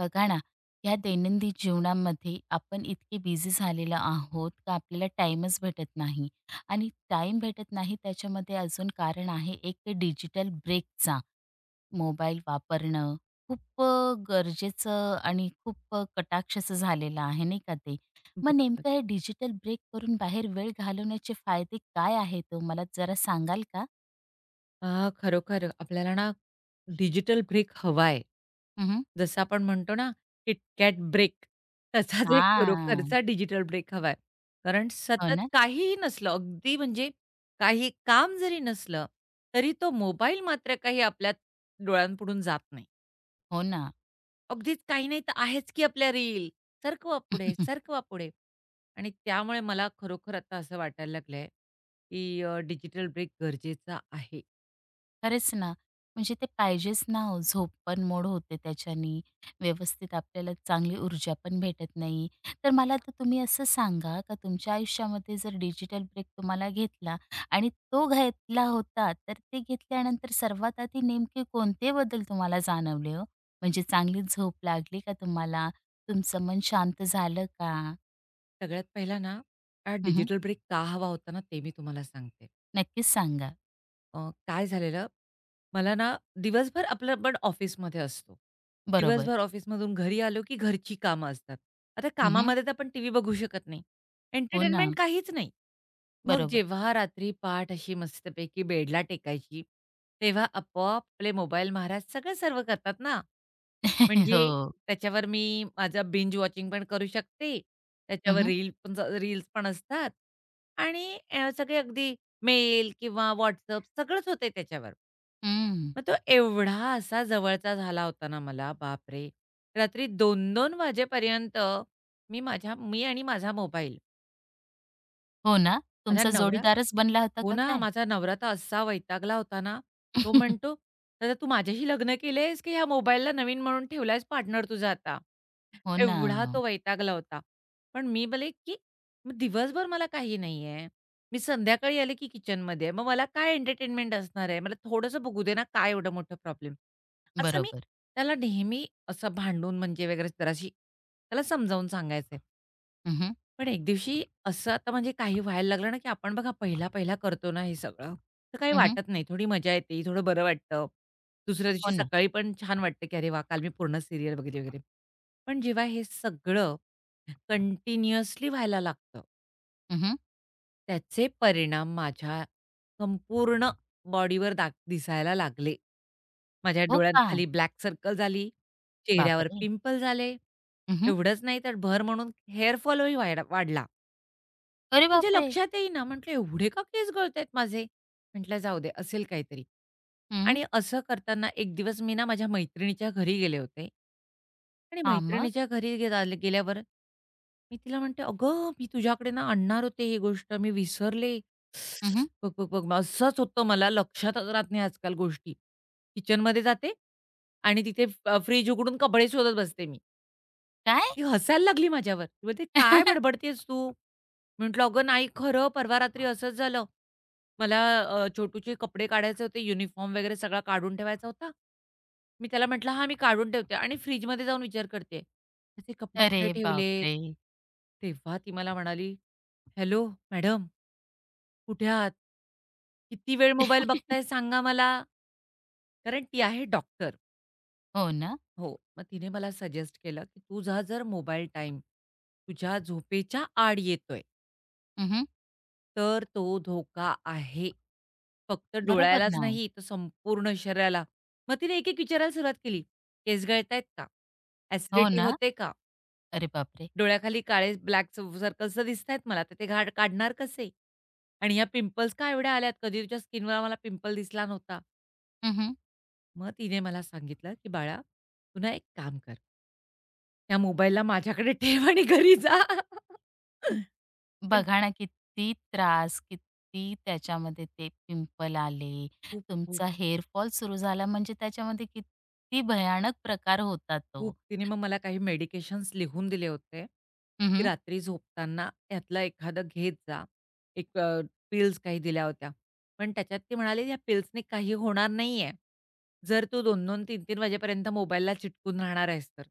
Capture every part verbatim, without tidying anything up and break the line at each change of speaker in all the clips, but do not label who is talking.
बघा ना, या दैनंदिन जीवनामध्ये आपण इतके बिझी झालेलो आहोत का आपल्याला टाईमच भेटत नाही आणि टाईम भेटत नाही त्याच्यामध्ये अजून कारण आहे एक डिजिटल ब्रेकचा. मोबाईल वापरणं खूप अ, गरजेचं आणि खूप अ, कटाक्षाचं झालेलं आहे नाही का ते. मग
बरोबर.
नेमकं हे डिजिटल ब्रेक करून बाहेर वेळ घालवण्याचे फायदे काय आहेत ओ? मला जरा सांगाल का?
अ, खरोखर आपल्याला ना डिजिटल ब्रेक हवाय.
हं, हं.
जसं आपण म्हणतो ना KitKat ब्रेक तसाच एक खरोखरचा डिजिटल ब्रेक हवाय. कारण
हो
सतत
ना.
काहीही नसलं, अगदी म्हणजे काही काम जरी नसलं, तरी तो मोबाईल मात्र काही आपल्या डोळ्यांपुढून जात नाही.
हो ना.
अगदीच काही नाही तर आहेच की आपल्या रील, सरकवा पुढे, सरकवा पुढे. आणि त्यामुळे मला खरोखर आता असं वाटायला लागलंय, की डिजिटल ब्रेक गरजेचा आहे.
खरंच ना. म्हणजे ते पाहिजेच ना हो. झोप पण मोड होते त्याच्यानी. व्यवस्थित आपल्याला चांगली ऊर्जा पण भेटत नाही. तर मला आता तुम्ही असं सांगा का तुमच्या आयुष्यामध्ये जर डिजिटल ब्रेक तुम्हाला घेतला आणि तो घेतला होता, तर ते घेतल्यानंतर सर्वात आधी नेमके कोणते बदल तुम्हाला जाणवले हो? म्हणजे चांगली झोप लागली का तुम्हाला? तुमचं मन शांत झालं का?
सगळ्यात पहिला ना, हा
हं,
डिजिटल ब्रेक का हवा होता ना, ते मी तुम्हाला सांगते.
नक्कीच सांगा.
अ, काय झालेलं, मला ना दिवसभर आपलं आपण ऑफिसमध्ये असतो.
बरोबर.
दिवसभर ऑफिसमधून घरी आलो, की घरची कामं असतात. आता
हं,
कामामध्ये तर आपण टीव्ही बघू शकत नाही.
हो ना.
एंटरटेनमेंट काहीच नाही. मग
बरोबर.
जेव्हा रात्री पाठ अशी मस्तपैकी बेडला टेकायची, तेव्हा आपोआप आपले मोबाईल महाराज सगळं सर्व करतात ना. म्हणजे
हो.
त्याच्यावर मी माझं बिंज वॉचिंग पण करू शकते. त्याच्यावर
हं,
रील पण रील्स पण असतात आणि अ, सगळे अगदी मेल किंवा WhatsApp सगळंच होतंय त्याच्यावर.
हं.
मग तो एवढा असा जवळचा झाला होता ना मला, बापरे! रात्री दोन दोन वाजेपर्यंत मी माझ्या मी आणि माझा मोबाईल.
हो ना,
माझा
तुमचा
नवरा
जोडीदारच बनला होता
हो
का
ना,
काय?
माझा नवरा तर असा वैतागला होता ना, तो म्हणतो, "दादा तू माझ्याशी लग्न केलंयस की ह्या मोबाईलला नवीन म्हणून ठेवलायस पार्टनर तुझा आता?"
हो ना,
एवढा तो वैतागला होता. पण मी बोलले, की "मग दिवसभर मला काही नाहीये. मी संध्याकाळी आले की किचनमध्ये आहे. मग मला काय एंटरटेनमेंट असणार आहे? मला थोडंसं बघू दे ना, काय एवढं मोठं प्रॉब्लेम?" असं मी
बरोबर.
त्याला नेहमी असं भांडून म्हणजे वगैरे जराशी त्याला समजावून सांगायचे.
हं, हं.
पण एक दिवशी असं आता म्हणजे काही व्हायला लागलं ना, की आपण बघा पहिला-पहिला करतो ना हे सगळं, तर काही
हं, हं.
वाटत नाही. थोडी मजा येते, थोडं बरं वाटतं. दुसऱ्या
हो
दिवशी
ना.
सकाळी पण छान वाटतं, की "अरे वाह! काल मी पूर्ण सीरियल बघितली" वगैरे. पण जेव्हा हे सगळं कंटिन्युअसली व्हायला लागतं,
हं,
त्याचे परिणाम माझ्या संपूर्ण बॉडीवर दाख दिसायला लागले. माझ्या
हो
डोळ्यात
का?
खाली ब्लॅक सर्कल झाली, चेहऱ्यावर
बापरे!
पिंपल झाले.
हं, हं.
एवढंच नाही तर भर म्हणून हेअर वाढला.
अरे
म्हणजे
बापरे!
लक्षात येईना. म्हटलं एवढे का केस गळतायत माझे? म्हटलं जाऊ दे असेल काहीतरी.
हं.
आणि असं करताना एक दिवस मी ना माझ्या मैत्रिणीच्या घरी गेले होते. आणि
हां, मग?
मैत्रिणीच्या घरी गेला गेल्यावर मी तिला म्हणते, "अगं मी तुझ्याकडे ना आणणार होते ही गोष्ट मी विसरले.
हं, हं.
बघ, बघ, बघ." मग असंच होतं मला लक्षातच राहत नाही आजकाल गोष्टी. किचनमध्ये जाते आणि तिथे अ, उघडून कपडे शोधत बसते मी.
काय?
ती हसायला लागली माझ्यावर. ती बोलते, "काय बडबडतेस तू?" म्हटलं, "अगं नाही खरं परवा रात्री असंच झालं. मला अ, छोटूचे कपडे काढायचे होते, युनिफॉर्म वगैरे सगळा काढून ठेवायचा होता." मी त्याला म्हटलं, "हां, मी काढून ठेवते" आणि फ्रिजमध्ये जाऊन विचार करते, "त्याचे कपडे
अरे
कुठे ठेवलेत?"
बापरे!
तेव्हा ती मला म्हणाली, "हॅलो मॅडम, कुठे आहात? किती वेळ मोबाईल बघताय सांगा मला." कारण ती आहे डॉक्टर.
हो ना.
हो. मग तिने मला सजेस्ट केलं, की तुझा जर मोबाईल टाईम तुझ्या झोपेच्या आड येतोय,
हं,
तर तो धोका आहे. फक्त
बरोबर
डोळ्यालाच
ना हो.
नाही, तर संपूर्ण शरीराला. मग तिने एक-एक विचारायला सुरुवात केली. केस गळतायत का?
हो
ॲसिडिटी
ना.
होते का?
अरे बापरे!
डोळ्याखाली काळे ब्लॅक सर्कल्स तर दिसतायत मला, तर ते घाड काढणार कसे? आणि ह्या पिंपल्स का एवढ्या आल्यात? कधी तुझ्या स्किनवर आम्हाला पिंपल दिसला नव्हता.
हं, हं.
मग तिने मला सांगितलं, की "बाळा, तू ना एक काम कर." त्या मोबाईलला माझ्याकडे ठेव आणि घरी जा. पण
बघा ना किती त्रास, किती त्याच्यामध्ये ते पिंपल आले,
खूप, खूप,
तुमचा हेअर फॉल सुरू झाला म्हणजे त्याच्यामध्ये किती भयानक प्रकार होता तो.
खूप तिने मग मला काही मेडिकेशन्स लिहून दिले होते, की
हं,
रात्री झोपताना यातला एखादं घेत जा. एक पिल्स काही दिल्या होत्या. पण त्याच्यात ती म्हणाली, "या पिल्सनी काही होणार नाहीये. जर तू दोन दोन, तीन तीन वाजेपर्यंत मोबाईलला चिटकून राहणार आहेस तर.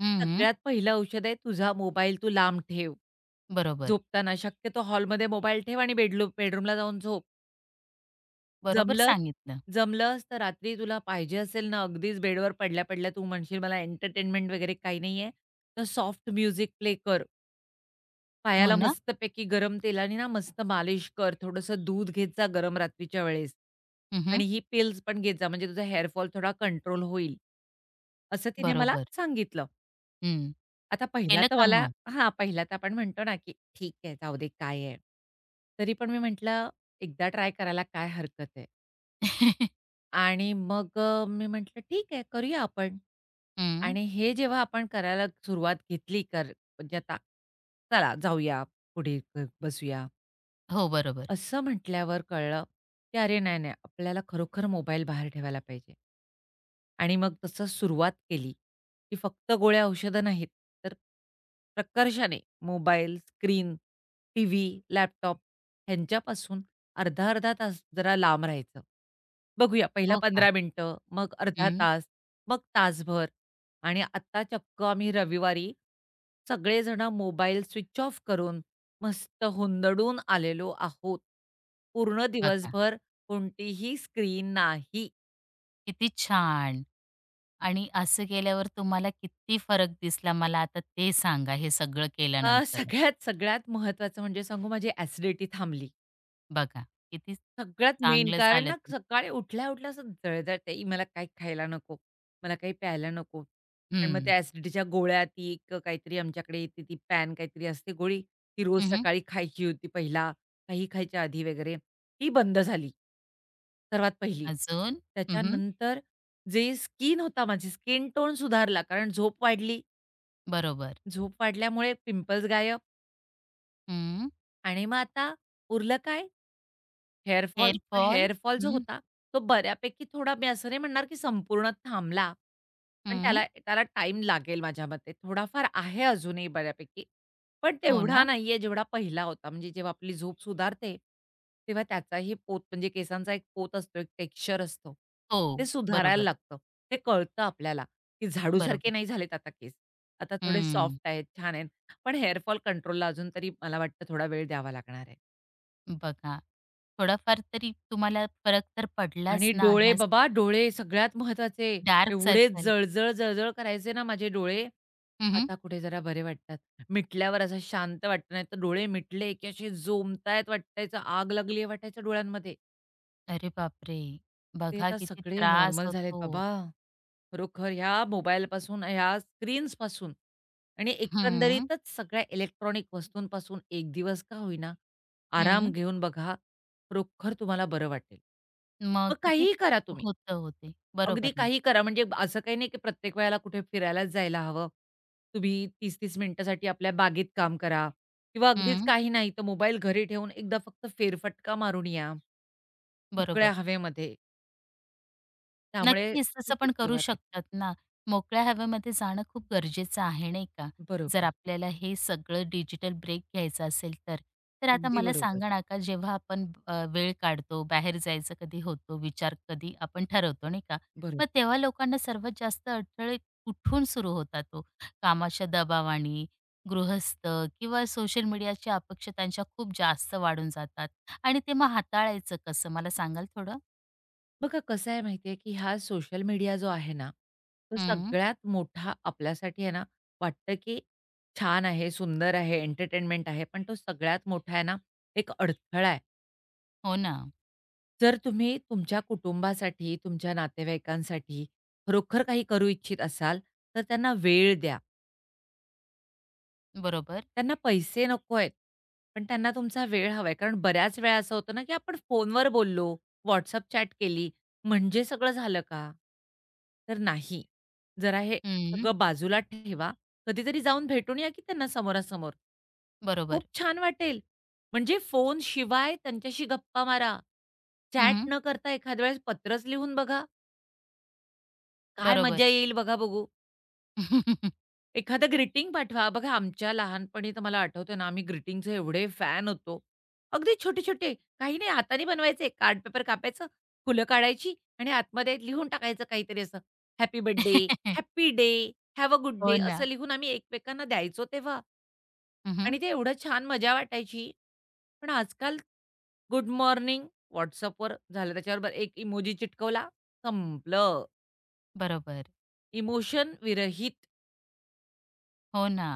हं, हं.
सगळ्यात पहिलं औषध आहे तुझा मोबाईल तू लांब ठेव.
बरोबर.
झोपताना शक्यतो हॉलमध्ये मोबाईल ठेव आणि बेडलू बेडरूमला जाऊन झोप."
बरोबर
जमलंच
सांगितलं.
जमलंच तर रात्री तुला पाहिजे असेल ना, अगदीच बेडवर पडल्या-पडल्या तू म्हणशील मला एंटरटेनमेंट वगैरे काही नाहीये, तर सॉफ्ट म्युझिक प्ले कर.
हो
पायाला
ना?
मस्तपैकी गरम तेलाने ना मस्त मालिश कर. थोडंसं दूध घेत जा गरम रात्रीच्या वेळेस
हं, हं.
आणि ही पिल्स पण घेत जा, म्हणजे तुझा हेअर थोडा कंट्रोल होईल. असं तिने मला
बरोबर.
सांगितलं.
हं.
आता पहिला
केलं
तर
का
मला
मग?
हां, पहिला तर आपण म्हणतो ना, की ठीक आहे, जाऊ दे काय आहे. तरी पण मी म्हटलं, एकदा ट्राय करायला काय हरकत आहे. आणि मग अ, मी म्हटलं, "ठीक आहे, करूया आपण."
हं.
आणि हे जेव्हा आपण करायला सुरुवात घेतली कर म्हणजे आता चला जाऊया, पुढे क बसूया.
हो, बरोबर.
असं म्हटल्यावर कळलं, की "अरे नाही, नाही, आपल्याला खरोखर मोबाईल बाहेर ठेवायला पाहिजे." आणि मग तसं सुरुवात केली, की फक्त गोळ्या औषधं नाहीत, तर प्रकर्षाने मोबाईल, स्क्रीन, टीव्ही, लॅपटॉप ह्यांच्यापासून अर्धा-अर्धा तास जरा लांब राहायचं. बघूया पहिला
हो का?
पंधरा मिनिटं, मग अर्धा
हं.
तास, मग तासभर आणि आता चक्क आम्ही रविवारी सगळेजण मोबाईल स्विच ऑफ करून मस्त हुंदडून आलेलो आहोत. पूर्ण
बघा,
दिवसभर कोणतीही स्क्रीन नाही.
किती छान. आणि असं केल्यावर तुम्हाला किती फरक दिसला मला आता ते सांगा, हे सगळं
अ,
केल्यानंतर?
सगळ्यात, सगळ्यात महत्त्वाचं म्हणजे सांगू माझी ॲसिडिटी थांबली.
बघा, किती
सगळ्यात मेन
चांगलं
कारण
झालं
ना
ते.
सकाळी उठल्या-उठल्या असं जळजळते, "ई मला काही खायला नको, मला काही प्यायला नको." आणि मग
हं.
त्या ॲसिडिटीच्या गोळ्या ती एक काहीतरी आमच्याकडे येते ती पॅन काहीतरी असते गोळी, ती रोज
हं,
सकाळी खायची होती पहिला, काही खायच्या आधी वगैरे, ती बंद झाली. सर्वात पहिली.
अजून? हं,
त्याच्यानंतर जे स्किन होता माझी स्किन टोन सुधारला कारण झोप वाढली,
बरोबर.
झोप वाढल्यामुळे पिंपल्स गायब
हं.
आणि मग आता उरलं काय? Hair
hair fall.
फॉल जो
हं,
होता, तो बऱ्यापैकी थोडा मी असं नाही म्हणणार की संपूर्ण थांबला. पण
हं.
त्याला त्याला टाईम लागेल माझ्या मते. थोडाफार आहे अजूनही बऱ्यापैकी. पण
हो
तेवढा
ना?
नाहीये जेवढा पहिला होता. म्हणजे जेव्हा आपली झोप सुधारते, तेव्हा त्याचाही पोत म्हणजे केसांचा एक पोत असतो, एक टेक्स्चर असतो. ते
हो.
सुधारायला
बरोबर.
लागतं. ते कळतं आपल्याला, की झाडूसारखे
बरोबर.
नाही झालेत आता केस. आता थोडे
हं.
सॉफ्ट आहेत, छान आहेत. पण हेअर कंट्रोलला अजून तरी मला वाटतं थोडा वेळ द्यावा लागणार आहे.
बघा, थोडाफार तरी तुम्हाला फरक तर पडलाच
आणि
ना,
डोळे
ह्या
बाबा डोळे सगळ्यात महत्वाचे.
डार्क
एवढे
सर्कल
जळजळ, जळजळ करायचे ना माझे डोळे.
हं,
आता कुठे जरा बरे वाटतात. मिटल्यावर असं शांत वाटतं. नाहीतर डोळे मिटले की असे जोमतायत वाटायचं, आग लागली आहे वाटायचं डोळ्यांमध्ये.
अरे बापरे!
ते
बघा
आता
किती
सगळे
त्रास
नॉर्मल झालेत
होतो.
बाबा. खरोखर ह्या मोबाईलपासून, ह्या स्क्रीन्सपासून आणि
हं,
एकंदरीतच सगळ्या इलेक्ट्रॉनिक वस्तूंपासून एक दिवस का होईना आराम
हं.
घेऊन बघा. खरोखर तुम्हाला बरं वाटेल.
मग
मग
किती
काहीही करा तुम्ही.
होतं होते,
अगदी
बरोबर ना.
काही करा. म्हणजे असं काही नाही की प्रत्येक वेळेला कुठे फिरायलाच जायला हवं. तुम्ही तीस तीस मिनिटासाठी आपल्या बागेत काम करा किंवा अगदीच
हं,
काही नाही तर मोबाईल घरी ठेवून एकदा फक्त फेरफटका मारून या मोकळ्या
बरोबर.
हवेमध्ये. त्यामुळे
नक्कीच, तसं
खूप
पण करू
उपयोगात येतं.
शकतात ना. मोकळ्या हवेमध्ये जाणं खूप गरजेचं आहे, नाही का? जर
बरोबर.
आपल्याला हे सगळं डिजिटल ब्रेक घ्यायचं असेल तर. तर आता
अगदी
मला
बरोबर.
सांगा ना, का जेव्हा आपण अ, वेळ काढतो, बाहेर जायचं कधी होतो, विचार कधी आपण ठरवतो, नाही का?
बरोबर.
मग तेव्हा लोकांना सर्वात जास्त अडथळे कुठून सुरू होतात ओ? कामाच्या दबावाने, गृहस्थ किंवा सोशल मीडियाच्या अपेक्षा त्यांच्या खूप जास्त वाढून जातात आणि ते मग हाताळायचं कसं? मला सांगाल थोडं?
बघा कसं आहे माहिती आहे की हा सोशल मीडिया जो आहे ना, तो
हं,
सगळ्यात मोठा आपल्यासाठी आहे ना, वाटतं की छान आहे, सुंदर आहे, एंटरटेनमेंट आहे. पण तो सगळ्यात मोठा आहे ना, एक अडथळा आहे.
हो ना.
जर तुम्ही तुमच्या कुटुंबासाठी, तुमच्या नातेवाईकांसाठी खरोखर काही करू इच्छित असाल, तर त्यांना वेळ द्या.
बरोबर.
त्यांना पैसे नको आहेत, पण त्यांना तुमचा वेळ हवा आहे. कारण बऱ्याच वेळा असं होतं ना, की आपण फोनवर बोललो, WhatsApp चॅट केली, म्हणजे सगळं झालं का? तर नाही. जरा हे
हं,
सगळं बाजूला ठेवा. कधीतरी जाऊन भेटून या की त्यांना समोरासमोर.
बरोबर.
खूप छान वाटेल. म्हणजे फोनशिवाय त्यांच्याशी गप्पा मारा. चॅट
हं,
न करता एखाद्या वेळेस पत्रच लिहून बघा. काय
बरोबर.
मजा येईल बघा बघू. एखादं ग्रीटिंग पाठवा. बघा आमच्या लहानपणी तर मला आठवतंय ना, आम्ही ग्रीटिंगचे एवढे फॅन होतो. अगदी छोटे-छोटे, काही नाही हाताने बनवायचे, कार्ड पेपर कापायचं, फुलं काढायची आणि आतमध्ये लिहून टाकायचं काहीतरी असं, happy birthday, happy day, have a good day
हो
असं
ना.
लिहून आम्ही एकमेकांना द्यायचो तेव्हा
हं,
आणि ते एवढं छान मजा वाटायची. पण आजकाल गुड मॉर्निंग WhatsAppवर झालं, त्याच्याबरोबर एक इमोजी चिटकवला, संपलं.
बरोबर.
इमोशन विरहित.
हो ना.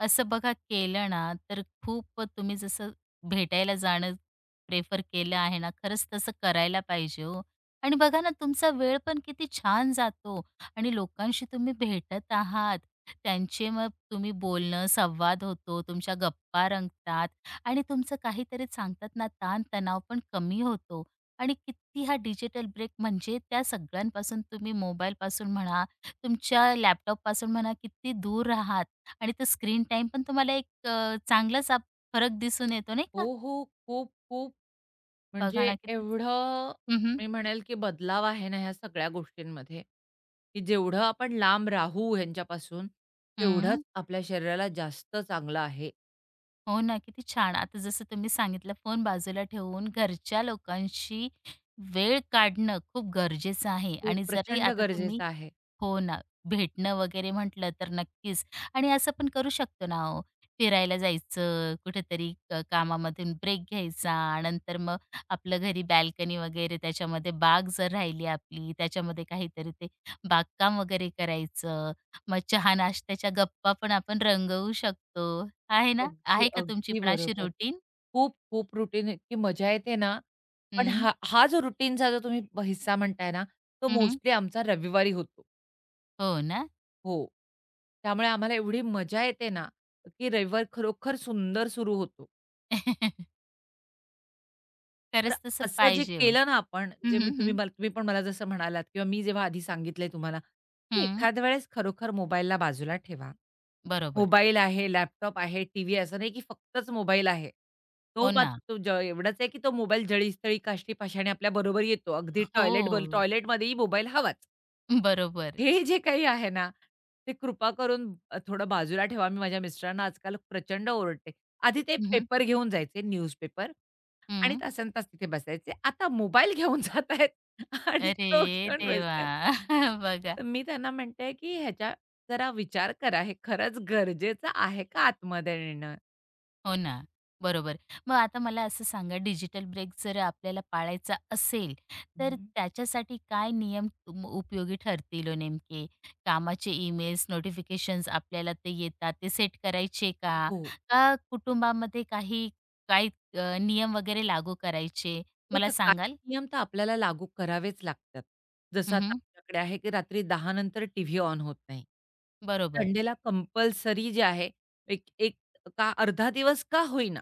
असं बघा केलं ना, तर खूप तुम्ही जसं भेटायला जाणं प्रेफर केलं आहे ना, खरंच तसं करायला पाहिजे हो. आणि बघा ना, तुमचा वेळ पण किती छान जातो आणि लोकांशी तुम्ही भेटत आहात. त्यांचे मग तुम्ही बोलणं, संवाद होतो, तुमच्या गप्पा रंगतात आणि तुमचं काहीतरी सांगतात ना, ताण पण कमी होतो. आणि किती हा डिजिटल ब्रेक म्हणजे त्या सगळ्यांपासून तुम्ही मोबाईलपासून म्हणा, तुमच्या लॅपटॉपपासून म्हणा, किती दूर आहात आणि तो स्क्रीन टाइम पण तुम्हाला एक अ, चांगलाच आप फरक दिसून येतो नाही का?
हो, हो. खूप, खूप
बघा
म्हणजे
ना किती
एवढं
हं, हं.
मी म्हणेल, की बदलाव आहे ना ह्या सगळ्या गोष्टींमध्ये, की जेवढं आपण लांब राहू ह्यांच्यापासून, तेवढंच आपल्या शरीराला जास्त चांगलं आहे.
हो ना, किती छान. आता जसं तुम्ही सांगितलं फोन बाजूला ठेवून घरच्या लोकांशी वेळ काढणं खूप गरजेचं आहे
खूप
आणि जरी
प्रचंड
आता तुम्ही
गरजेचं आहे.
हो ना. भेटणं वगैरे म्हटलं तर नक्कीच आणि असं पण करू शकतो ना हो. फिरायला जायचं, कुठेतरी क कामामधून ब्रेक घ्यायचा, नंतर मग आपलं घरी बाल्कनी वगैरे त्याच्यामध्ये बाग जर राहिली आपली, त्याच्यामध्ये काहीतरी ते बागकाम वगैरे करायचं. मग चहा नाश्त्याच्या गप्पा पण आपण रंगवू शकतो. आहे ना?
अगदी,
आहे का तुमची
अगदी
पण अशी
बरोबर.
रुटीन?
खूप-खूप रुटीन इतकी मजा येते ना, पण हा हा जो रुटीनचा जो तुम्ही ब- हिस्सा म्हणताय ना, तो
हं, हं.
मोस्टली आमचा रविवारी होतो.
हो ना?
हो. त्यामुळे आम्हाला एवढी मजा येते ना, की रविवार खरोखर सुंदर सुरू होतो. तर
खरंच तसं
असं जे
पाहिजे हो.
केलं ना आपण,
हं,
जे मी
हं,
तुम्ही
हं.
मला तुम्ही पण मला जसं म्हणालात किंवा मी जेव्हा आधी सांगितलंय तुम्हाला, की
हं.
एखाद्या वेळेस खरोखर मोबाईलला बाजूला ठेवा.
बरोबर.
मोबाईल आहे, लॅपटॉप आहे, टीव्ही असं नाही की फक्तच मोबाईल आहे. तो
हो
मात
ना.
तो ज एवढाच आहे की तो मोबाईल जळीस्थळी, काष्टीपाषाणी आपल्याबरोबर येतो. अगदी टॉयलेट
हो,
टॉयलेटमध्येही मोबाईल हवाच.
बरोबर.
हे जे काही आहे ना, ते कृपा करून अ, थोडं बाजूला ठेवा. मी माझ्या मिस्टरांना आजकाल प्रचंड ओरडते. आधी ते
हं, हं.
पेपर घेऊन जायचे न्यूजपेपर आणि तासनतास तिथे बसायचे. आता मोबाईल घेऊन जात आहेत आणि तो
अरे
घेऊन
देवा!
बसतायत.
बघा.
तर मी त्यांना म्हणते, की ह्याच्या जरा विचार करा. हे खरंच गरजेचं आहे का आतमध्ये नेणं?
हो ना, बरोबर. मग आता मला असं सांगा, डिजिटल ब्रेक जर आपल्याला पाळायचा असेल, तर
हं.
त्याच्यासाठी काय नियम तुम उपयोगी ठरतील ओ नेमके? कामाचे ईमेल्स, नोटिफिकेशन्स आपल्याला ते येतात, ते सेट करायचे का?
हो.
का कुटुंबामध्ये काही काही अ, नियम वगैरे लागू करायचे? मला
बघा काही
सांगाल?
नियम तर आपल्याला लागू करावेच लागतात. जसं आता
हं,
आपल्याकडे आहे, की रात्री दहा नंतर टीव्ही ऑन होत नाही.
बरोबर.
संडेला कंपल्सरी जे आहे, एक एक का अर्धा दिवस का होईना,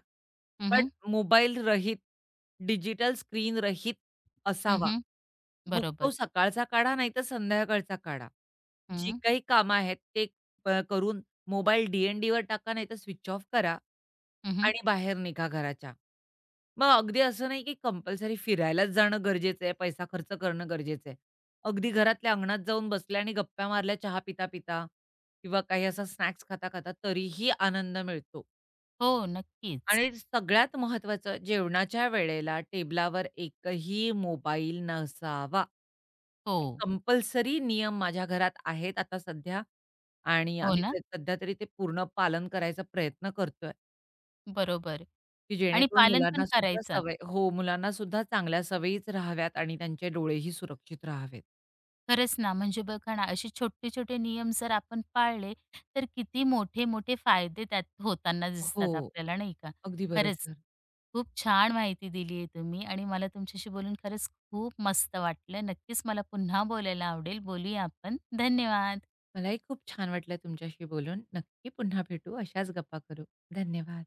हं,
पण
हं.
मोबाईलरहित, डिजिटल स्क्रीन रहित असावा. मग तो
बरोबर.
सकाळचा काढा नाहीतर संध्याकाळचा काढा. जी
हं,
काही कामं आहेत ते प करून मोबाईल डी-एन-डीवर टाका, नाहीतर स्विच ऑफ करा
हं,
आणि बाहेर निघा घराच्या. मग अगदी असं नाही की कंपल्सरी फिरायलाच जाणं गरजेचं आहे, पैसा खर्च करणं गरजेचं आहे. अगदी घरातल्या अंगणात जाऊन बसल्या आणि गप्पा मारल्या चहा पिता-पिता किंवा काही असा स्नॅक्स खाता-खाता तरीही आनंद मिळतो.
हो, नक्कीच.
आणि सगळ्यात महत्त्वाचं जेवणाच्या वेळेला टेबलावर एकही मोबाईल नसावा.
हो.
कंपल्सरी नियम माझ्या घरात आहेत आता सध्या आणि
हो
आम्ही
ना?
ते सध्या तरी ते पूर्ण पालन करायचा प्रयत्न करतोय,
बरोबर
की
आणि
जेणेकरून
पालन पण
मुलांना सुद्धा
करायचात.
सवय हो, मुलांना सुद्धा चांगल्या सवयीच राहाव्यात आणि त्यांचे डोळेही सुरक्षित राहावेत.
खरंच ना, म्हणजे बघा ना, असे छोटे-छोटे नियम जर आपण पाळले, तर किती मोठे-मोठे फायदे त्यात होताना
हो,
दिसतात आपल्याला, नाही का?
अगदी
खरंच,
बरोबर.
खूप छान माहिती दिली आहे तुम्ही आणि मला तुमच्याशी बोलून खरंच खूप मस्त वाटलं. नक्कीच मला पुन्हा बोलायला आवडेल. बोलूया आपण. धन्यवाद.
मलाही खूप छान वाटलं तुमच्याशी बोलून. नक्की पुन्हा भेटू, अशाच गप्पा करू. धन्यवाद.